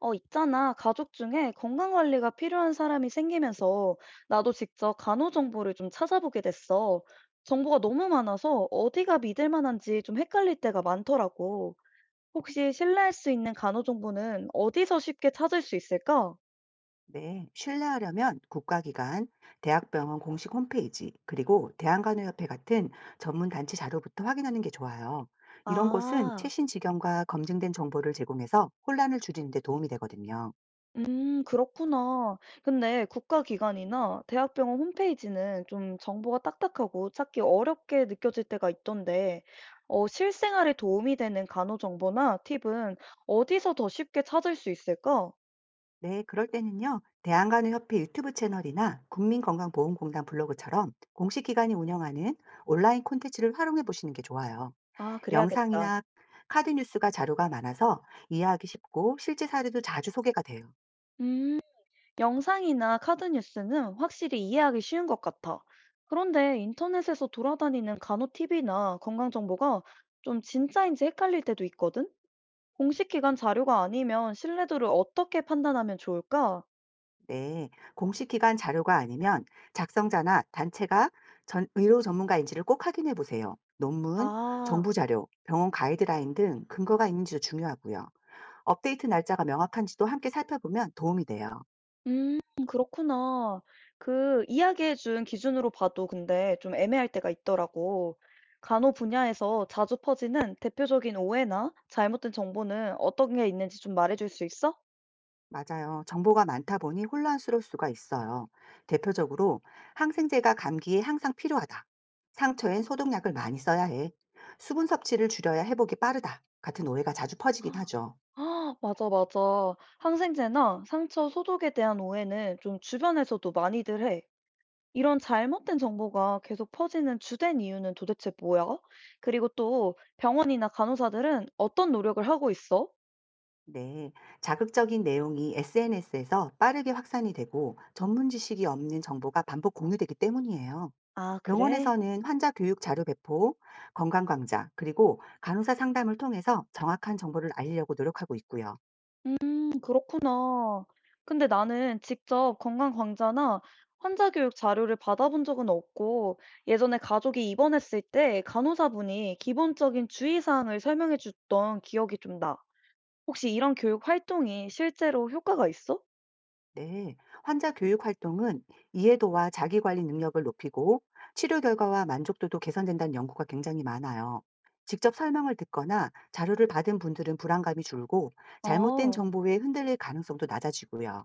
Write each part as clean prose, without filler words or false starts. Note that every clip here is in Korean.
있잖아. 가족 중에 건강관리가 필요한 사람이 생기면서 나도 직접 간호 정보를 좀 찾아보게 됐어. 정보가 너무 많아서 어디가 믿을 만한지 좀 헷갈릴 때가 많더라고. 혹시 신뢰할 수 있는 간호 정보는 어디서 쉽게 찾을 수 있을까? 네, 신뢰하려면 국가기관, 대학병원 공식 홈페이지, 그리고 대한간호협회 같은 전문단체 자료부터 확인하는 게 좋아요. 이런 곳은 아. 최신 지경과 검증된 정보를 제공해서 혼란을 줄이는 데 도움이 되거든요. 그렇구나. 근데 국가기관이나 대학병원 홈페이지는 좀 정보가 딱딱하고 찾기 어렵게 느껴질 때가 있던데, 실생활에 도움이 되는 간호 정보나 팁은 어디서 더 쉽게 찾을 수 있을까? 네, 그럴 때는요, 대한간호협회 유튜브 채널이나 국민건강보험공단 블로그처럼 공식 기관이 운영하는 온라인 콘텐츠를 활용해 보시는 게 좋아요. 아, 그래야겠다. 영상이나 카드 뉴스가 자료가 많아서 이해하기 쉽고 실제 사례도 자주 소개가 돼요. 음, 영상이나 카드 뉴스는 확실히 이해하기 쉬운 것 같아. 그런데 인터넷에서 돌아다니는 간호 팁이나 건강 정보가 좀 진짜인지 헷갈릴 때도 있거든? 공식 기관 자료가 아니면 신뢰도를 어떻게 판단하면 좋을까? 네, 공식 기관 자료가 아니면 작성자나 단체가 의료 전문가인지를 꼭 확인해 보세요. 논문, 아, 정부 자료, 병원 가이드라인 등 근거가 있는지도 중요하고요. 업데이트 날짜가 명확한지도 함께 살펴보면 도움이 돼요. 음, 그렇구나. 그 이야기해준 기준으로 봐도 근데 좀 애매할 때가 있더라고. 간호 분야에서 자주 퍼지는 대표적인 오해나 잘못된 정보는 어떤 게 있는지 좀 말해줄 수 있어? 맞아요. 정보가 많다 보니 혼란스러울 수가 있어요. 대표적으로 항생제가 감기에 항상 필요하다. 상처엔 소독약을 많이 써야 해. 수분 섭취를 줄여야 회복이 빠르다. 같은 오해가 자주 퍼지긴 하죠. 아, 맞아, 맞아. 항생제나 상처 소독에 대한 오해는 좀 주변에서도 많이들 해. 이런 잘못된 정보가 계속 퍼지는 주된 이유는 도대체 뭐야? 그리고 또 병원이나 간호사들은 어떤 노력을 하고 있어? 네, 자극적인 내용이 SNS에서 빠르게 확산이 되고 전문 지식이 없는 정보가 반복 공유되기 때문이에요. 아, 그래? 병원에서는 환자 교육 자료 배포, 건강 강좌, 그리고 간호사 상담을 통해서 정확한 정보를 알리려고 노력하고 있고요. 그렇구나. 근데 나는 직접 건강광자나 환자 교육 자료를 받아본 적은 없고, 예전에 가족이 입원했을 때 간호사분이 기본적인 주의사항을 설명해 줬던 기억이 좀 나. 혹시 이런 교육 활동이 실제로 효과가 있어? 네, 환자 교육 활동은 이해도와 자기관리 능력을 높이고 치료 결과와 만족도도 개선된다는 연구가 굉장히 많아요. 직접 설명을 듣거나 자료를 받은 분들은 불안감이 줄고 잘못된 아. 정보에 흔들릴 가능성도 낮아지고요.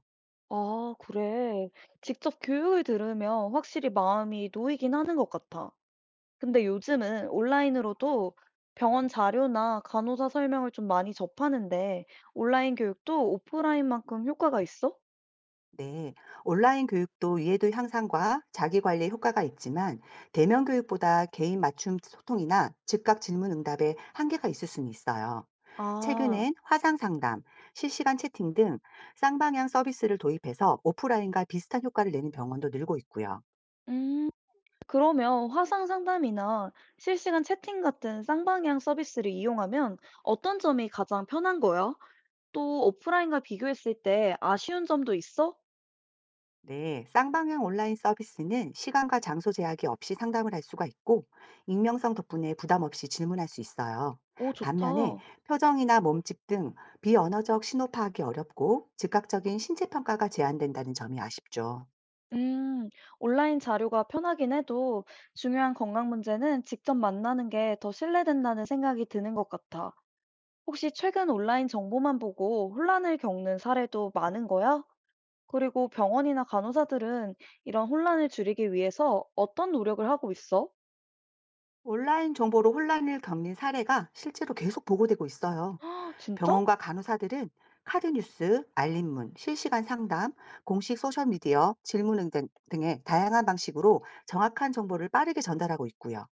아 그래. 직접 교육을 들으면 확실히 마음이 놓이긴 하는 것 같아. 근데 요즘은 온라인으로도 병원 자료나 간호사 설명을 좀 많이 접하는데 온라인 교육도 오프라인만큼 효과가 있어? 네, 온라인 교육도 이해도 향상과 자기관리에 효과가 있지만 대면 교육보다 개인 맞춤 소통이나 즉각 질문 응답에 한계가 있을 수는 있어요. 아, 최근엔 화상 상담, 실시간 채팅 등 쌍방향 서비스를 도입해서 오프라인과 비슷한 효과를 내는 병원도 늘고 있고요. 음, 그러면 화상 상담이나 실시간 채팅 같은 쌍방향 서비스를 이용하면 어떤 점이 가장 편한 거야? 또 오프라인과 비교했을 때 아쉬운 점도 있어? 네, 쌍방향 온라인 서비스는 시간과 장소 제약이 없이 상담을 할 수가 있고, 익명성 덕분에 부담 없이 질문할 수 있어요. 오, 반면에 좋다. 표정이나 몸집 등 비언어적 신호 파악이 어렵고 즉각적인 신체 평가가 제한된다는 점이 아쉽죠. 음, 온라인 자료가 편하긴 해도 중요한 건강 문제는 직접 만나는 게 더 신뢰된다는 생각이 드는 것 같아. 혹시 최근 온라인 정보만 보고 혼란을 겪는 사례도 많은 거야? 그리고 병원이나 간호사들은 이런 혼란을 줄이기 위해서 어떤 노력을 하고 있어? 온라인 정보로 혼란을 겪는 사례가 실제로 계속 보고되고 있어요. 아, 진짜? 병원과 간호사들은 카드 뉴스, 알림문, 실시간 상담, 공식 소셜미디어, 질문 등 등의 다양한 방식으로 정확한 정보를 빠르게 전달하고 있고요.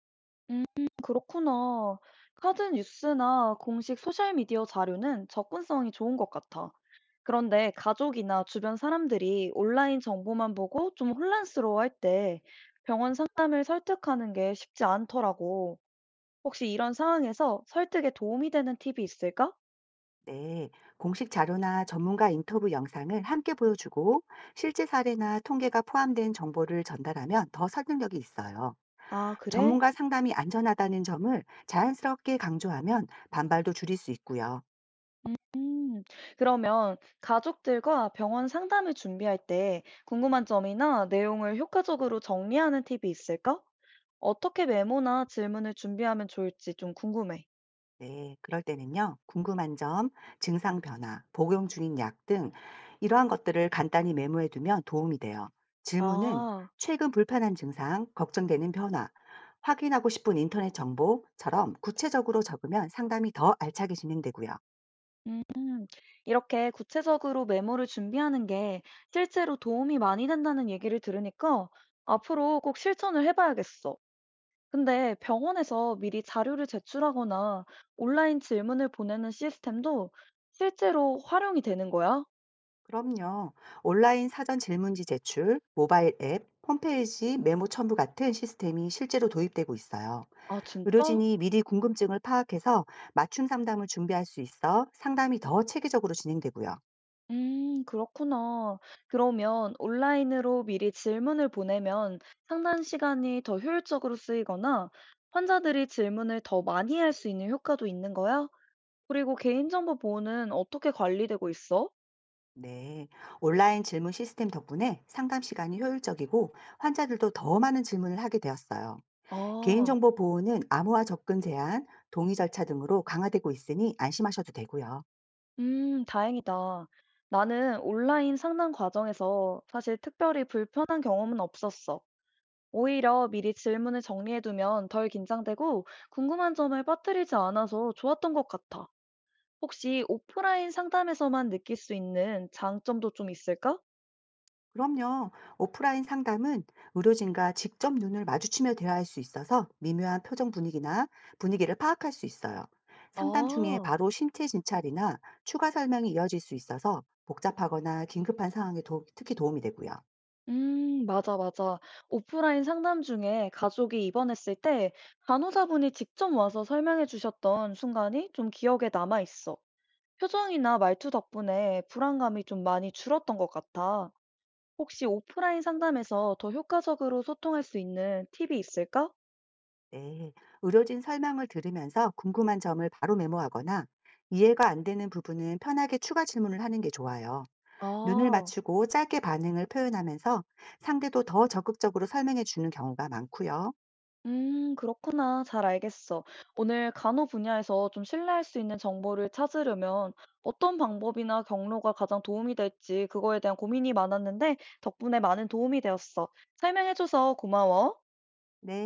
음, 그렇구나. 카드 뉴스나 공식 소셜미디어 자료는 접근성이 좋은 것 같아. 그런데 가족이나 주변 사람들이 온라인 정보만 보고 좀 혼란스러워할 때 병원 상담을 설득하는 게 쉽지 않더라고. 혹시 이런 상황에서 설득에 도움이 되는 팁이 있을까? 네, 공식 자료나 전문가 인터뷰 영상을 함께 보여주고 실제 사례나 통계가 포함된 정보를 전달하면 더 설득력이 있어요. 아, 그래? 전문가 상담이 안전하다는 점을 자연스럽게 강조하면 반발도 줄일 수 있고요. 음, 그러면 가족들과 병원 상담을 준비할 때 궁금한 점이나 내용을 효과적으로 정리하는 팁이 있을까? 어떻게 메모나 질문을 준비하면 좋을지 좀 궁금해. 네, 그럴 때는요, 궁금한 점, 증상 변화, 복용 중인 약 등 이러한 것들을 간단히 메모해 두면 도움이 돼요. 질문은 아, 최근 불편한 증상, 걱정되는 변화, 확인하고 싶은 인터넷 정보처럼 구체적으로 적으면 상담이 더 알차게 진행되고요. 음, 이렇게 구체적으로 메모를 준비하는 게 실제로 도움이 많이 된다는 얘기를 들으니까 앞으로 꼭 실천을 해봐야겠어. 근데 병원에서 미리 자료를 제출하거나 온라인 질문을 보내는 시스템도 실제로 활용이 되는 거야? 그럼요. 온라인 사전 질문지 제출, 모바일 앱, 홈페이지 메모 첨부 같은 시스템이 실제로 도입되고 있어요. 아 진짜? 의료진이 미리 궁금증을 파악해서 맞춤 상담을 준비할 수 있어 상담이 더 체계적으로 진행되고요. 그렇구나. 그러면 온라인으로 미리 질문을 보내면 상담 시간이 더 효율적으로 쓰이거나 환자들이 질문을 더 많이 할 수 있는 효과도 있는 거야? 그리고 개인정보 보호는 어떻게 관리되고 있어? 네. 온라인 질문 시스템 덕분에 상담 시간이 효율적이고 환자들도 더 많은 질문을 하게 되었어요. 아, 개인정보 보호는 암호화 접근 제한, 동의 절차 등으로 강화되고 있으니 안심하셔도 되고요. 다행이다. 나는 온라인 상담 과정에서 사실 특별히 불편한 경험은 없었어. 오히려 미리 질문을 정리해두면 덜 긴장되고 궁금한 점을 빠뜨리지 않아서 좋았던 것 같아. 혹시 오프라인 상담에서만 느낄 수 있는 장점도 좀 있을까? 그럼요. 오프라인 상담은 의료진과 직접 눈을 마주치며 대화할 수 있어서 미묘한 표정 분위기나 분위기를 파악할 수 있어요. 상담 중에 아, 바로 신체 진찰이나 추가 설명이 이어질 수 있어서 복잡하거나 긴급한 상황에 특히 도움이 되고요. 맞아, 맞아. 오프라인 상담 중에 가족이 입원했을 때 간호사분이 직접 와서 설명해 주셨던 순간이 좀 기억에 남아 있어. 표정이나 말투 덕분에 불안감이 좀 많이 줄었던 것 같아. 혹시 오프라인 상담에서 더 효과적으로 소통할 수 있는 팁이 있을까? 네. 의료진 설명을 들으면서 궁금한 점을 바로 메모하거나 이해가 안 되는 부분은 편하게 추가 질문을 하는 게 좋아요. 눈을 아. 맞추고 짧게 반응을 표현하면서 상대도 더 적극적으로 설명해 주는 경우가 많고요. 그렇구나. 잘 알겠어. 오늘 간호 분야에서 좀 신뢰할 수 있는 정보를 찾으려면 어떤 방법이나 경로가 가장 도움이 될지 그거에 대한 고민이 많았는데 덕분에 많은 도움이 되었어. 설명해줘서 고마워. 네.